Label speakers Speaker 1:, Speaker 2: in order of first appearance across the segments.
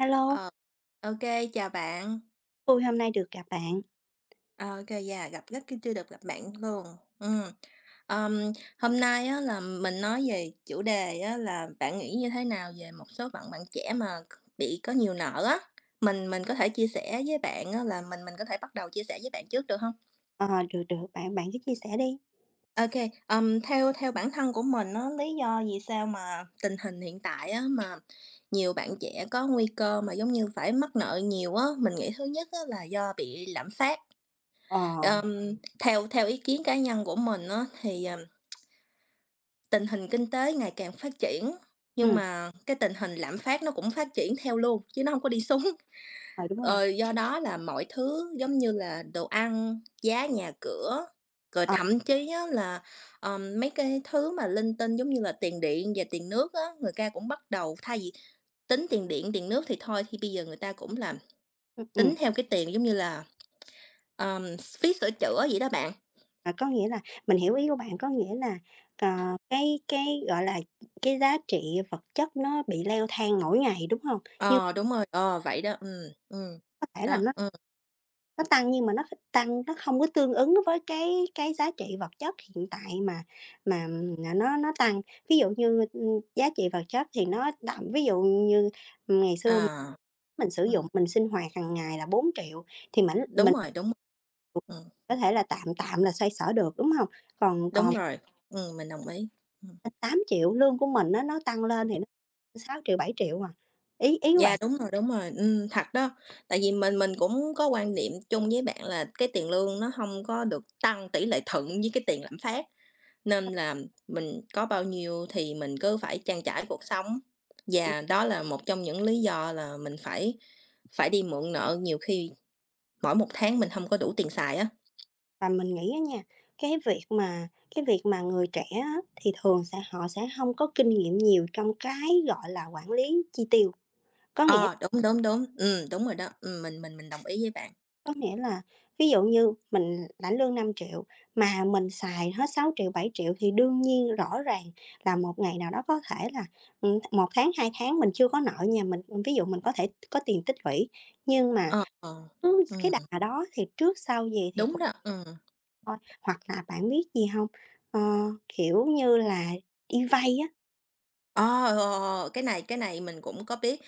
Speaker 1: Hello,
Speaker 2: Ờ, OK, chào bạn.
Speaker 1: tui hôm nay được gặp bạn.
Speaker 2: Ờ, OK, yeah, gặp rất cái chưa được gặp bạn luôn. Ừm, ờm, Hôm nay á là mình nói về chủ đề á là bạn nghĩ như thế nào về một số bạn bạn trẻ mà bị có nhiều nợ á? Mình có thể chia sẻ với bạn á là mình có thể bắt đầu chia sẻ với bạn trước được không?
Speaker 1: Ờ, được, được, bạn bạn cứ chia sẻ đi.
Speaker 2: OK, theo theo bản thân của mình á, lý do vì sao mà tình hình hiện tại á mà nhiều bạn trẻ có nguy cơ mà giống như phải mắc nợ nhiều á, mình nghĩ thứ nhất á là do bị lạm phát.
Speaker 1: Ờ,
Speaker 2: Theo theo ý kiến cá nhân của mình á, thì, tình hình kinh tế ngày càng phát triển, nhưng
Speaker 1: ừm,
Speaker 2: mà cái tình hình lạm phát nó cũng phát triển theo luôn, chứ nó không có đi xuống.
Speaker 1: ờ, đúng rồi.
Speaker 2: Ờ, do đó là mọi thứ giống như là đồ ăn, giá nhà cửa, rồi
Speaker 1: Ờ,
Speaker 2: thậm chí á là, mấy cái thứ mà linh tinh giống như là tiền điện và tiền nước á, người ta cũng bắt đầu thay vì tính tiền điện, tiền nước thì thôi thì bây giờ người ta cũng là
Speaker 1: ừm,
Speaker 2: tính
Speaker 1: ừm,
Speaker 2: theo cái tiền giống như là, phí sửa chữa vậy đó bạn.
Speaker 1: ờ, có nghĩa là mình hiểu ý của bạn, có nghĩa là, cái, gọi là, cái giá trị vật chất nó bị leo thang mỗi ngày, đúng không? Nhưng
Speaker 2: Ờ, đúng rồi, ờ, vậy đó, ừm,
Speaker 1: có thể là
Speaker 2: đó,
Speaker 1: nó nó tăng nhưng mà nó kh tăng nó không có tương ứng với cái giá trị vật chất hiện tại mà mà, nó tăng. Ví dụ như, giá trị vật chất thì nó đậm ví dụ như ngày xưa
Speaker 2: à,
Speaker 1: mình sử dụng,
Speaker 2: ừm,
Speaker 1: mình sinh hoạt hàng ngày là 4.000.000 thì mảnh
Speaker 2: đúng
Speaker 1: mình
Speaker 2: rồi, đúng, ừm,
Speaker 1: có thể là tạm tạm là xoay sở được, đúng hông? Còn
Speaker 2: đúng
Speaker 1: còn
Speaker 2: rồi, mình đồng ý, ừm.
Speaker 1: lên 8.000 lương của mình á, nó tăng lên thì nó 6.000.000 7.000.000 à. Ý ý của
Speaker 2: Yeah,
Speaker 1: bạn
Speaker 2: đúng rồi, thật đó, tại vì mình cũng có quan điểm chung với bạn là cái tiền lương nó không có được tăng tỷ lệ thuận với cái tiền lạm phát, nên là mình có bao nhiêu thì mình cứ phải trang trải cuộc sống.
Speaker 1: ừm,
Speaker 2: Và đó là một trong những lý do là mình phải phải đi mượn nợ, nhiều khi mỗi một tháng mình không có đủ tiền xài á.
Speaker 1: và mình nghĩ á nha, cái việc mà cái việc mà người trẻ á, thì thường sẽ họ sẽ hông có kinh nghiệm nhiều trong cái, gọi là, quản lý chi tiêu. Có nghĩa
Speaker 2: Ờ, đúng, đúng, đúng, ừ đúng rồi đó, mình đồng ý với bạn.
Speaker 1: Có nghĩa là ví dụ như mình lãnh lương 5.000.000 mà mình xài hết 6.000.000 7.000.000 thì đương nhiên rõ ràng là một ngày nào đó có thể là, 1 tháng, 2 tháng mình chưa có nợ nhà mình ví dụ mình có thể có tiền tích lũy, nhưng mà
Speaker 2: Ờ, ờ,
Speaker 1: cứ cái
Speaker 2: ừm,
Speaker 1: đà đó thì trước sau gì thì
Speaker 2: đúng
Speaker 1: cũng
Speaker 2: đó.
Speaker 1: thôi. Hoặc là bạn biết gì không? Ờ, kiểu như là, đi vay á,
Speaker 2: Ờ, ờ, ờ, ờ, cái này mình cũng có biết,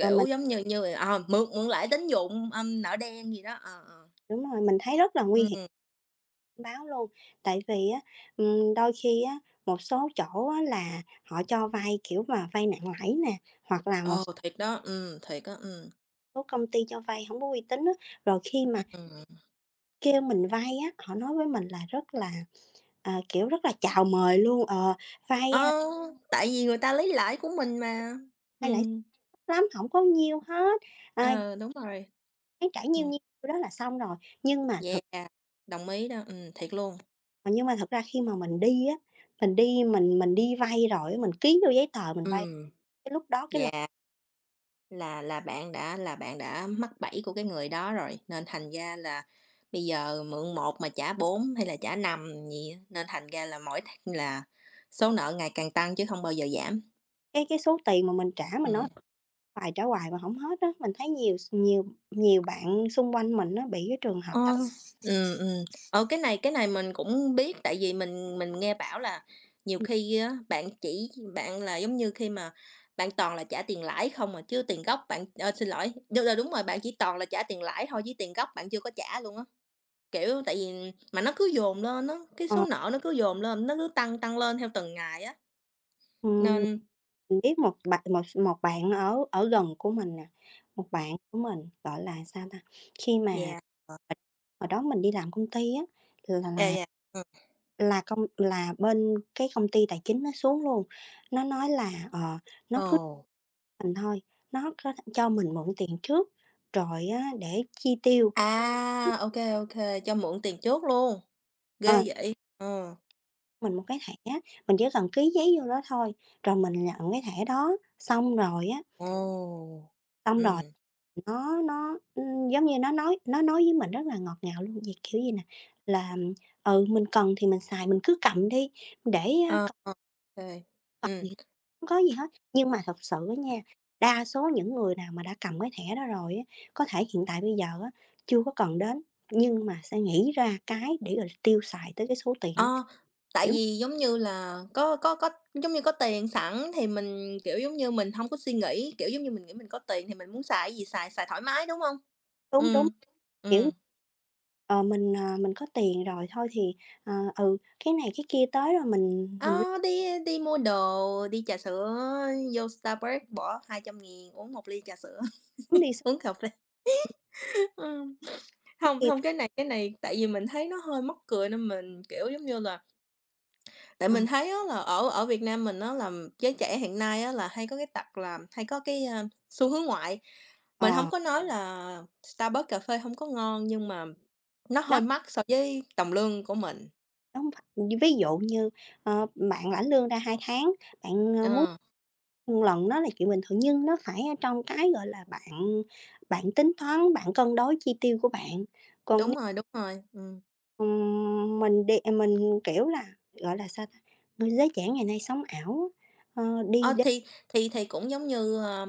Speaker 1: ờ, mình
Speaker 2: giống như như, ờ, mượn mượn lãi tín dụng, âm, nợ đen gì đó, ờ, ờ,
Speaker 1: đúng rồi, mình thấy rất là nguy hiểm.
Speaker 2: ừm,
Speaker 1: Báo luôn, tại vì á, đôi khi á, một số chỗ á là họ cho vay, kiểu mà, vay nặng lãi nè, hoặc là một
Speaker 2: ờ, thiệt đó, ừ thiệt á,
Speaker 1: số công ty cho vay hổng có uy tín á. Rồi khi mà
Speaker 2: ừm.
Speaker 1: kêu mình vay á, họ nói với mình là rất là, kiểu, rất là chào mời luôn, vay,
Speaker 2: Ờ,
Speaker 1: a,
Speaker 2: tại vì người ta lấy lãi của mình mà,
Speaker 1: vay lãi
Speaker 2: ừ.
Speaker 1: thấp lắm, hổng có nhiêu hết, à,
Speaker 2: Ờ, đúng rồi.
Speaker 1: tháng trả nhiêu
Speaker 2: Ừm,
Speaker 1: nhiêu đó là xong rồi. Nhưng mà thực
Speaker 2: yeah, đồng ý đó, ừ thiệt luôn,
Speaker 1: nhưng mà thật ra khi mà mình đi á, mình đi vay rồi á, mình ký vô giấy tờ mình
Speaker 2: ừ
Speaker 1: vay, cái lúc đó cái
Speaker 2: yeah. Là bạn đã mắc bẫy của cái người đó rồi, nên thành ra là bây giờ mượn một mà trả 4 hay là trả 5 gì á, nên thành ra là mỗi tháng là số nợ ngày càng tăng chứ không bao giờ giảm.
Speaker 1: cái số tiền mà mình trả mình nói
Speaker 2: Ừm.
Speaker 1: hoài trả hoài mà hổng hết á, mình thấy nhiều s nhiều nhiều bạn xung quanh mình nó bị cái trường hợp
Speaker 2: Ờ,
Speaker 1: đó.
Speaker 2: ừ, ừ. Ờ, cái này mình cũng biết tại vì mình nghe bảo là nhiều
Speaker 1: Ừm.
Speaker 2: khi á, bạn chỉ bạn là giống như khi mà bạn toàn là trả tiền lãi không mà chứ tiền gốc bạn xin lỗi, đúng rồi, bạn chỉ toàn là trả tiền lãi thôi chứ tiền gốc bạn chưa có trả luôn á. Kiểu, tại vì mà nó cứ dồn lên á, cái số
Speaker 1: Ờ,
Speaker 2: nợ nó cứ dồn lên, nó cứ tăng tăng lên theo từng ngày á,
Speaker 1: ừm,
Speaker 2: nên
Speaker 1: mình biết một bạn ở ở gần của mình nè, một bạn của mình, gọi là, sao ta, khi mà
Speaker 2: yeah,
Speaker 1: hồi đó mình đi làm công ty á, là
Speaker 2: yeah,
Speaker 1: là
Speaker 2: yeah, ừm.
Speaker 1: là bên cái công ty tài chính nó xuống luôn, nó nói là, nó cứ
Speaker 2: Ồ.
Speaker 1: mình thôi, nó có cho mình mượn tiền trước rồi á để chi tiêu.
Speaker 2: À, ô kê, cho mượn tiền trước luôn,
Speaker 1: Ờ.
Speaker 2: ghê vậy, ờ.
Speaker 1: Mình một cái thẻ, mình chỉ cần ký giấy vô đó thôi, rồi mình nhận cái thẻ đó, xong rồi á,
Speaker 2: Ồ.
Speaker 1: xong rồi
Speaker 2: Ừm,
Speaker 1: nó, giống như, nó nói với mình rất là ngọt ngào luôn, vậy kiểu gì nè, là "Ừ, mình cần thì mình xài, mình cứ cầm đi, để,
Speaker 2: ờ,
Speaker 1: cầm
Speaker 2: ờ, kê,
Speaker 1: cầm
Speaker 2: ừm.
Speaker 1: vậy hông có gì hết." Nhưng mà thật sự á nha, đa số những người nào mà đã cầm cái thẻ đó rồi á, có thể hiện tại bây giờ á, chưa có cần đến, nhưng mà sẽ nghĩ ra cái để rồi tiêu xài tới cái số tiền đó,
Speaker 2: Ờ, tại
Speaker 1: kiểu.
Speaker 2: vì, giống như là, có giống như, có tiền sẵn thì mình, kiểu, giống như, mình không có suy nghĩ, kiểu, giống như, mình nghĩ mình có tiền thì mình muốn xài cái gì xài, xài thoải mái, đúng không?
Speaker 1: Đúng, đúng,
Speaker 2: Ừm,
Speaker 1: kiểu,
Speaker 2: ừm.
Speaker 1: mình có tiền rồi thôi thì, ờ, ừ, cái này cái kia tới rồi mình
Speaker 2: Ờ, đi đi mua đồ, đi trà sữa, vô Starbucks bỏ hai trăm 000 uống một ly trà sữa,
Speaker 1: lấn đi xuống
Speaker 2: uống cà phê. Ừm, không
Speaker 1: kia.
Speaker 2: hông, cái này tại vì mình thấy nó hơi mắc cười nên mình, kiểu, giống như là tại
Speaker 1: Ờ,
Speaker 2: mình thấy á là ở ở Việt Nam mình nó là giới trẻ hiện nay á là hay có cái tật là hay có cái, a, xu hướng ngoại. Mình không
Speaker 1: ờ,
Speaker 2: có nói là Starbucks cà phê không có ngon nhưng mà nó
Speaker 1: nó
Speaker 2: hơi mắc so với tầm lương của mình.
Speaker 1: nó hông phải ví dụ như, bạn lãnh lương ra 2 tháng, bạn, muốn
Speaker 2: Ờ,
Speaker 1: lần đó là chuyện bình thường nhưng nó phải ở trong cái, gọi là, bạn bạn tính toán, bạn cân đối chi tiêu của bạn. Còn
Speaker 2: đúng
Speaker 1: nếu,
Speaker 2: rồi, đúng rồi.
Speaker 1: mình, kiểu là, gọi là, sao ta, người giới trẻ ngày nay sống ảo á, đi
Speaker 2: Ờ,
Speaker 1: đến
Speaker 2: thì cũng giống như, ờ,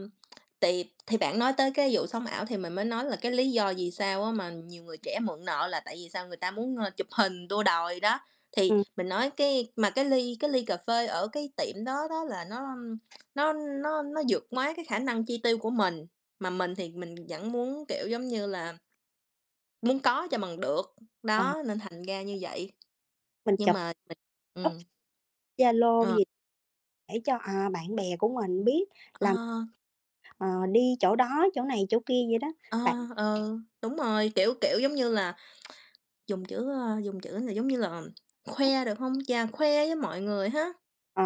Speaker 2: tì thì bạn nói tới cái vụ sống ảo thì mình mới nói là cái lý do vì sao á mà nhiều người trẻ mượn nợ là tại vì sao người ta muốn, ơ, chụp hình đua đòi đó. Thì
Speaker 1: ừm,
Speaker 2: mình nói cái ly cà phê ở cái tiệm đó đó là nó, nó vượt quá cái khả năng chi tiêu của mình, mà mình thì mình vẫn muốn, kiểu, giống như là, muốn có cho bằng được,
Speaker 1: ờ.
Speaker 2: đó, nên thành ra như vậy.
Speaker 1: Mình
Speaker 2: Nhưng
Speaker 1: chụp
Speaker 2: mà mình
Speaker 1: up
Speaker 2: ừm,
Speaker 1: Zalo
Speaker 2: ờ,
Speaker 1: gì để cho, bạn bè của mình biết
Speaker 2: ờ,
Speaker 1: là, ờ, đi chỗ đó, chỗ này, chỗ kia vậy đó.
Speaker 2: ờ,
Speaker 1: Bạn
Speaker 2: ừ, đúng rồi, kiểu, kiểu, giống như là dùng chữ, ơ, dùng chữ là giống như là khoe được không? Chà, khoe với mọi người ha?
Speaker 1: ờ,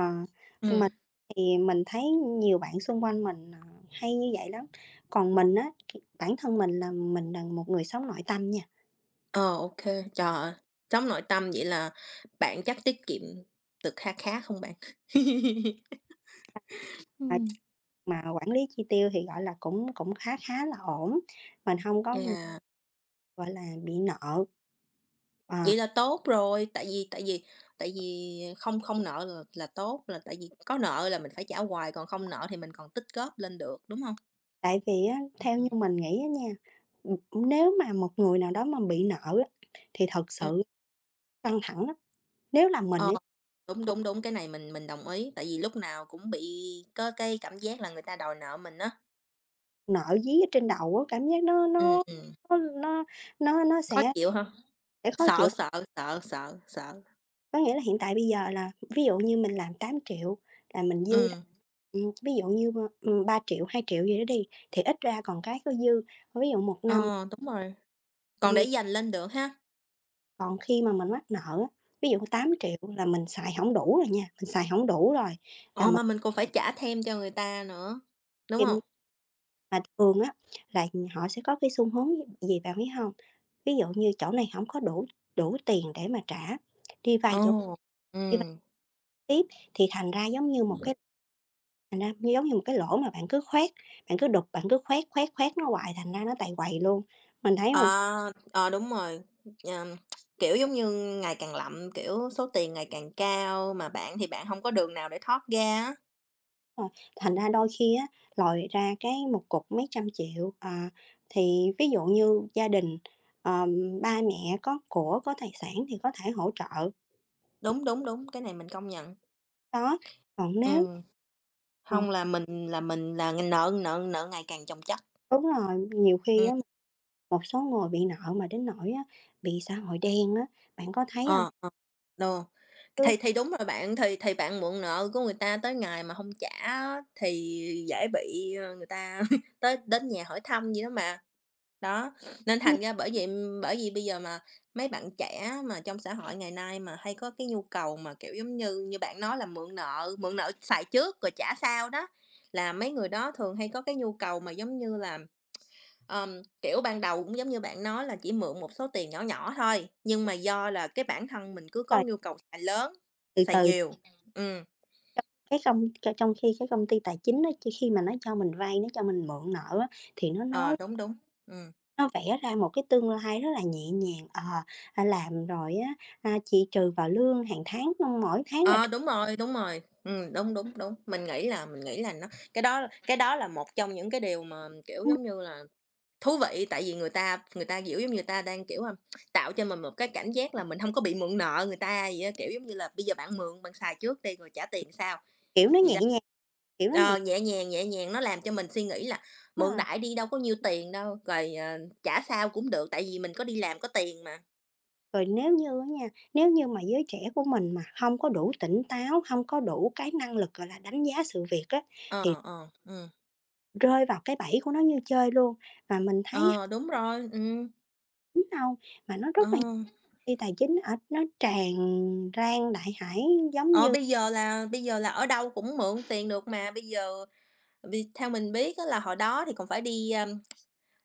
Speaker 2: Ừm.
Speaker 1: mình thì mình thấy nhiều bạn xung quanh mình, hay như vậy lắm. Còn mình á, thì bản thân mình là một người sống nội tâm nha.
Speaker 2: Ờ, ô kê. Trời ơi, trong nội tâm vậy là bạn chắc tiết kiệm được kha khá không bạn?
Speaker 1: Mà
Speaker 2: Ừm.
Speaker 1: mà quản lý chi tiêu thì, gọi là, cũng cũng khá khá là ổn, mình hông có,
Speaker 2: Chà,
Speaker 1: gọi là, bị nợ. Ờ.
Speaker 2: vậy là tốt rồi, tại vì không không nợ là tốt, là tại vì có nợ là mình phải trả hoài, còn không nợ thì mình còn tích góp lên được, đúng hông?
Speaker 1: Tại vì á,
Speaker 2: Ừm.
Speaker 1: theo như mình nghĩ á nha, ừm, nếu mà một người nào đó mà bị nợ á, thì thật
Speaker 2: Ừm,
Speaker 1: sự căng thẳng lắm. Nếu là mình
Speaker 2: ờ,
Speaker 1: á,
Speaker 2: đúng,
Speaker 1: ừm,
Speaker 2: đúng, đúng, cái này mình đồng ý, tại vì lúc nào cũng bị có cái cảm giác là người ta đòi nợ mình á.
Speaker 1: nợ dí ở trên đầu á, cảm giác
Speaker 2: Ừm, ừm,
Speaker 1: nó nó nó
Speaker 2: khó
Speaker 1: sẽ
Speaker 2: chịu ha?
Speaker 1: sẽ khó
Speaker 2: Sợ,
Speaker 1: chịu.
Speaker 2: sợ, sợ, sợ, sợ,
Speaker 1: Có nghĩa là hiện tại bây giờ là ví dụ như mình làm 8.000.000 là mình dư ra,
Speaker 2: ừ,
Speaker 1: ví dụ như, 3 triệu 000 2 gì đó đi, thì ít ra còn cái có dư. Ví dụ một năm
Speaker 2: ờ, đúng rồi,
Speaker 1: bao
Speaker 2: còn để
Speaker 1: nhiêu
Speaker 2: dành lên được ha,
Speaker 1: Còn khi mà mình mắc nợ á, ví dụ 8.000.000 là mình xài hổng đủ rồi nha, mình xài hổng đủ rồi là
Speaker 2: ờ,
Speaker 1: mình
Speaker 2: mà mình còn phải trả thêm cho người ta nữa, đúng
Speaker 1: thêm
Speaker 2: không?
Speaker 1: mà thường á là họ sẽ có cái xu hướng gì bạn biết hông? Ví dụ như chỗ này hổng có đủ đủ tiền để mà trả, đi vay chỗ
Speaker 2: Ồ, ừ,
Speaker 1: đi vay tiếp thì thành ra giống như một cái thành ra như giống như một cái lỗ mà bạn cứ khoét, bạn cứ đục, bạn cứ khoét, khoét, khoét nó hoài thành ra nó tại quầy luôn. Mình thấy một
Speaker 2: à, ờ, đúng rồi, ờm, kiểu, giống như, ngày càng lậm, kiểu, số tiền ngày càng cao mà bạn thì bạn không có đường nào để thoát ra á,
Speaker 1: Rồi, thành ra đôi khi á, lòi ra cái một cục mấy trăm triệu, thì ví dụ như gia đình, ba mẹ có của, có tài sản thì có thể hỗ trợ,
Speaker 2: đúng, đúng, đúng, cái này mình công nhận,
Speaker 1: đó. Còn nếu
Speaker 2: ừm,
Speaker 1: ờ,
Speaker 2: hông là mình là mình là nợ nợ nợ ngày càng chồng chất,
Speaker 1: đúng rồi, nhiều khi
Speaker 2: ừm,
Speaker 1: á, một số người bị nợ mà đến nỗi á, bị xã hội đen á, bạn có thấy hông?
Speaker 2: ờ, ờ, đ.
Speaker 1: Cứ
Speaker 2: Thì đúng rồi bạn, thì bạn mượn nợ của người ta tới ngày mà không trả á, thì dễ bị, ơ, người ta tới đến nhà hỏi thăm gì đó mà. Đó, nên
Speaker 1: giống như
Speaker 2: thành ra bởi vì bây giờ mà mấy bạn trẻ mà trong xã hội ngày nay mà hay có cái nhu cầu mà, kiểu, giống như như bạn nói là mượn nợ xài trước rồi trả sau đó, là mấy người đó thường hay có cái nhu cầu mà, giống như là, kiểu, ban đầu cũng giống như bạn nói là chỉ mượn một số tiền nhỏ nhỏ thôi, nhưng mà do là cái bản thân mình cứ có
Speaker 1: là
Speaker 2: nhu cầu xài lớn,
Speaker 1: từ
Speaker 2: xài
Speaker 1: từ
Speaker 2: nhiều. Ừm,
Speaker 1: trong khi cái công ty tài chính á, chỉ khi mà nó cho mình vay, nó cho mình mượn nợ á, thì
Speaker 2: ờ, đúng, đúng, ừm.
Speaker 1: nó vẽ ra một cái tương lai rất là nhẹ nhàng, làm rồi á, chị trừ vào lương hàng tháng, mỗi tháng là
Speaker 2: Ờ,
Speaker 1: trừ.
Speaker 2: đúng rồi, đúng rồi, đúng, đúng, đúng. Mình nghĩ là nó cái đó là một trong những cái điều mà, kiểu, giống như là, thú vị, tại vì người ta, kiểu, giống như, người ta đang, kiểu, tạo cho mình một cái cảm giác là mình không có bị mượn nợ người ta vậy á. Kiểu, giống như là, bây giờ bạn mượn, bạn xài trước đi rồi trả tiền sau.
Speaker 1: kiểu, nó
Speaker 2: Vậy
Speaker 1: nhẹ
Speaker 2: đó.
Speaker 1: nhàng, kiểu, nó nhẹ
Speaker 2: Ờ, nhẹ nhàng nó làm cho mình suy nghĩ là
Speaker 1: đúng
Speaker 2: mượn
Speaker 1: rồi.
Speaker 2: đại đi đâu có nhiêu tiền đâu, rồi, ờ, trả sao cũng được, tại vì mình có đi làm có tiền mà.
Speaker 1: Rồi nếu như á nha, nếu như mà giới trẻ của mình mà hông có đủ tỉnh táo, hông có đủ cái năng lực, gọi là, đánh giá sự việc á, thì
Speaker 2: Ờ, ờ,
Speaker 1: rơi vào cái bẫy của nó như chơi luôn. Mà mình thấy
Speaker 2: ờ, đúng rồi,
Speaker 1: hổng đâu, mà nó rất
Speaker 2: ờ.
Speaker 1: là khi tài chính ở nó tràn ran đại hải giống
Speaker 2: Ờ,
Speaker 1: như
Speaker 2: bây giờ là ở đâu cũng mượn tiền được mà, bây giờ vì theo mình biết á là hồi đó thì còn phải đi, ờ.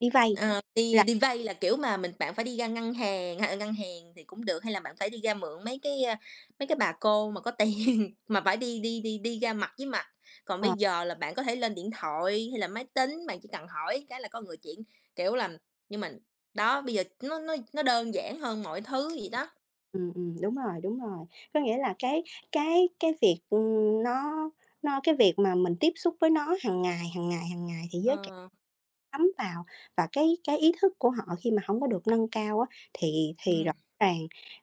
Speaker 1: đi vay
Speaker 2: Ờ,
Speaker 1: là
Speaker 2: đi vay là, kiểu, mà mình bạn phải đi ra ngân hàng h ngân hàng thì cũng được, hay là bạn phải đi ra mượn mấy cái, a, mấy cái bà cô mà có tiền, mà phải đi đi đi đi ra mặt với mặt. Còn bây
Speaker 1: ờ.
Speaker 2: giờ là bạn có thể lên điện thoại hay là máy tính, bạn chỉ cần hỏi cái là có người chuyển, kiểu là nhưng mà đó, bây giờ nó đơn giản hơn mọi thứ gì đó.
Speaker 1: Đúng rồi, đúng rồi. Có nghĩa là cái cái việc, ừm, nó cái việc mà mình tiếp xúc với nó hàng ngày, hàng ngày, hàng ngày thì giới trẻ
Speaker 2: Ờ,
Speaker 1: thấm vào và cái ý thức của họ khi mà không có được nâng cao á, thì rõ
Speaker 2: ừm.
Speaker 1: ràng,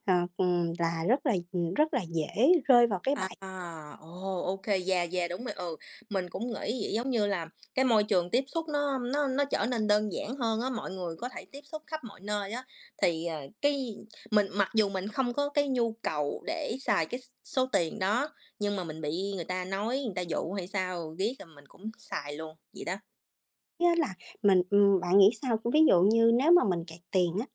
Speaker 1: là rất là, dễ rơi vào cái
Speaker 2: À,
Speaker 1: bẫy
Speaker 2: ồ, ok kê, yeah, yeah, đúng rồi, ừ. Mình cũng nghĩ vậy, giống như là cái môi trường tiếp xúc nó trở nên đơn giản hơn á, mọi người có thể tiếp xúc khắp mọi nơi á. Thì, ờ, cái mình mặc dù mình không có cái nhu cầu để xài cái số tiền đó, nhưng mà mình bị người ta nói, người ta dụ hay sao riết là mình cũng xài luôn, vậy đó.
Speaker 1: á là mình. Bạn nghĩ sao? Ví dụ như nếu mà mình kẹt tiền á,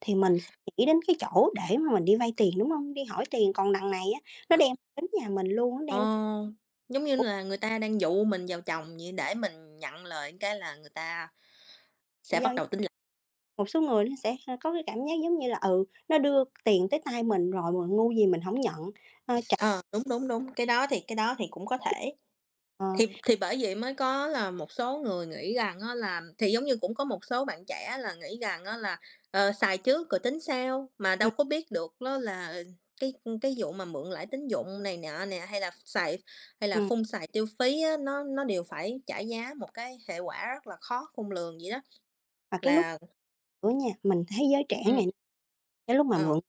Speaker 1: thì mình sẽ nghĩ đến cái chỗ để mà mình đi vay tiền, đúng không? Đi hỏi tiền, còn đằng này á, nó đem đến nhà mình luôn, nó
Speaker 2: Ờ,
Speaker 1: đem.
Speaker 2: giống như là người ta đang dụ mình vào chồng vậy, để mình nhận lời cái là người ta sẽ bắt đầu tính lại.
Speaker 1: Một số người nó sẽ, có cái cảm giác giống như là, nó đưa tiền tới tay mình rồi mà ngu gì mình không nhận, ơ, trả
Speaker 2: Ờ, đúng, đúng, đúng, cái đó thì cũng có thể.
Speaker 1: ờ,
Speaker 2: Thì bởi vậy mới có là một số người nghĩ rằng á là thì giống như cũng có một số bạn trẻ là nghĩ rằng á là, ờ, xài trước rồi tính sau, mà
Speaker 1: ừm,
Speaker 2: đâu có biết được đó là cái cái vụ mà mượn lãi tín dụng này nọ nè, hay là xài hay là
Speaker 1: ừm,
Speaker 2: phung xài tiêu phí á, nó đều phải trả giá một cái hệ quả rất là khó khôn lường vậy đó,
Speaker 1: và cái lúc
Speaker 2: là
Speaker 1: nữa nha, mình thấy giới trẻ ngày
Speaker 2: ừm,
Speaker 1: nay, cái lúc mà
Speaker 2: ờ,
Speaker 1: mượn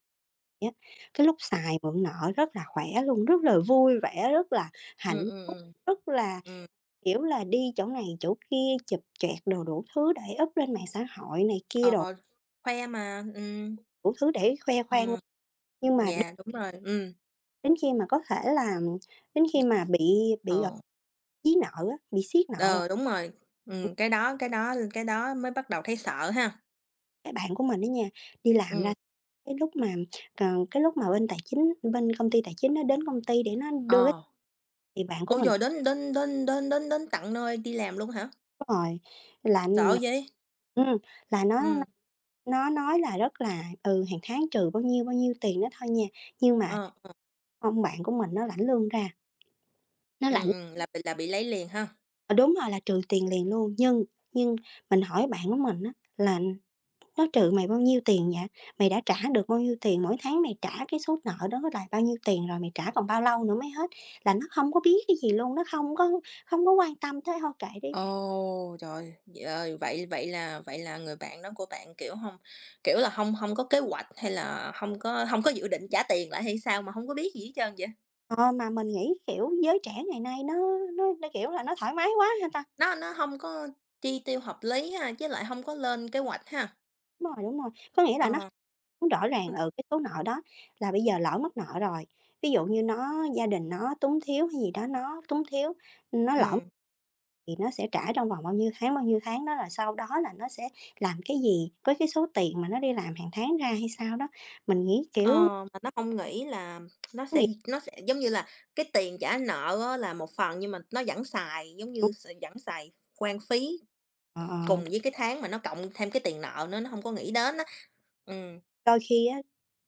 Speaker 1: á, cái lúc xài mượn nợ rất là khỏe luôn, rất là vui vẻ, rất là
Speaker 2: ừm,
Speaker 1: hạnh
Speaker 2: ừm,
Speaker 1: phúc,
Speaker 2: ừm.
Speaker 1: rất là,
Speaker 2: Ừm,
Speaker 1: kiểu là, đi chỗ này chỗ kia, chụp choẹt đồ đủ thứ để up lên mạng xã hội này kia đồ,
Speaker 2: ờ, khoe mà,
Speaker 1: đủ thứ để khoe khoang.
Speaker 2: Ừm,
Speaker 1: Nhưng mà
Speaker 2: yeah, đúng rồi,
Speaker 1: Đến khi mà có thể là đến khi mà bị, gọi,
Speaker 2: ờ.
Speaker 1: dí nợ á, bị siết nợ rồi,
Speaker 2: Ờ, đúng rồi.
Speaker 1: ừm,
Speaker 2: Cái đó mới bắt đầu thấy sợ ha.
Speaker 1: cái bạn của mình á nha, đi làm ra
Speaker 2: Ừ.
Speaker 1: cái lúc mà, cái lúc mà bên công ty tài chính nó đến công ty để nó đưa cái
Speaker 2: Ờ.
Speaker 1: thì bạn của
Speaker 2: Ôi
Speaker 1: mình
Speaker 2: trời, đến đến đến đến đến đến tận nơi đi làm luôn hả?
Speaker 1: có rồi là n
Speaker 2: Sợ vậy?
Speaker 1: ừm, là
Speaker 2: Ừ,
Speaker 1: nó nói là rất là, hàng tháng trừ bao nhiêu tiền đó thôi nha, nhưng mà
Speaker 2: ờ,
Speaker 1: ông bạn của mình nó lãnh lương ra, nó lãnh
Speaker 2: ừ, là bị lấy liền ha?
Speaker 1: Ờ, đúng rồi, là trừ tiền liền luôn, nhưng nhưng mình hỏi bạn của mình á là "Nó trừ mày bao nhiêu tiền vậy? Mày đã trả được bao nhiêu tiền? Mỗi tháng mày trả cái số nợ đó là bao nhiêu tiền rồi? Mày trả còn bao lâu nữa mới hết?" Là nó không có biết cái gì luôn, nó không có quan tâm tới thôi kệ đi.
Speaker 2: Ồ, trời, ờ, vậy vậy là người bạn đó của bạn, kiểu, không kiểu là, không không có kế hoạch hay là không có dự định trả tiền lại hay sao mà không có biết gì hết trơn vậy?
Speaker 1: Ờ, mà mình nghĩ, kiểu, giới trẻ ngày nay nó, kiểu là, nó thoải mái quá hả ta?
Speaker 2: Nó không có chi tiêu hợp lý ha, chứ lại không có lên kế hoạch ha.
Speaker 1: Đúng rồi, có nghĩa là nó
Speaker 2: Ờ,
Speaker 1: hông rõ ràng,
Speaker 2: ừ.
Speaker 1: cái số nợ đó là bây giờ lỡ mắc nợ rồi, ví dụ như nó gia đình nó túng thiếu hay gì đó, nó túng thiếu, nó lỡ. Thì nó sẽ trả trong vòng bao nhiêu tháng đó, là sau đó là nó sẽ làm cái gì với cái số tiền mà nó đi làm hàng tháng ra hay sao đó. Mình nghĩ,
Speaker 2: Ờ,
Speaker 1: kiểu,
Speaker 2: mà nó không nghĩ là nó sẽ
Speaker 1: nghĩ
Speaker 2: nó sẽ giống như là cái tiền trả nợ á là một phần nhưng mà nó vẫn xài, giống như, s vẫn xài quan phí
Speaker 1: ờ, ờ,
Speaker 2: cùng với cái tháng mà nó cộng thêm cái tiền nợ nữa, nó không có nghĩ đến á. Ừm,
Speaker 1: đôi khi á,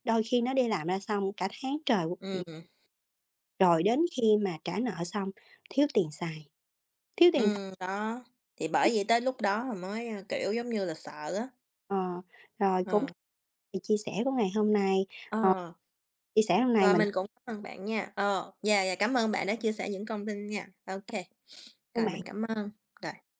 Speaker 1: đôi khi nó đi làm ra xong cả tháng trời,
Speaker 2: ừm,
Speaker 1: rồi đến khi mà trả nợ xong, thiếu tiền xài, thiếu tiền xài
Speaker 2: đó, thì bởi vậy tới lúc đó là mới, a, kiểu, giống như là, sợ á.
Speaker 1: ờ, rồi cũng
Speaker 2: Ờ,
Speaker 1: thì chia sẻ của ngày hôm nay, ờ,
Speaker 2: ờ,
Speaker 1: chia sẻ hôm nay
Speaker 2: rồi mình cũng cảm ơn bạn nha. Ờ, yeah, yeah, cảm ơn bạn đã chia sẻ những thông tin nha. OK, rồi mình
Speaker 1: mình
Speaker 2: cảm ơn, rồi.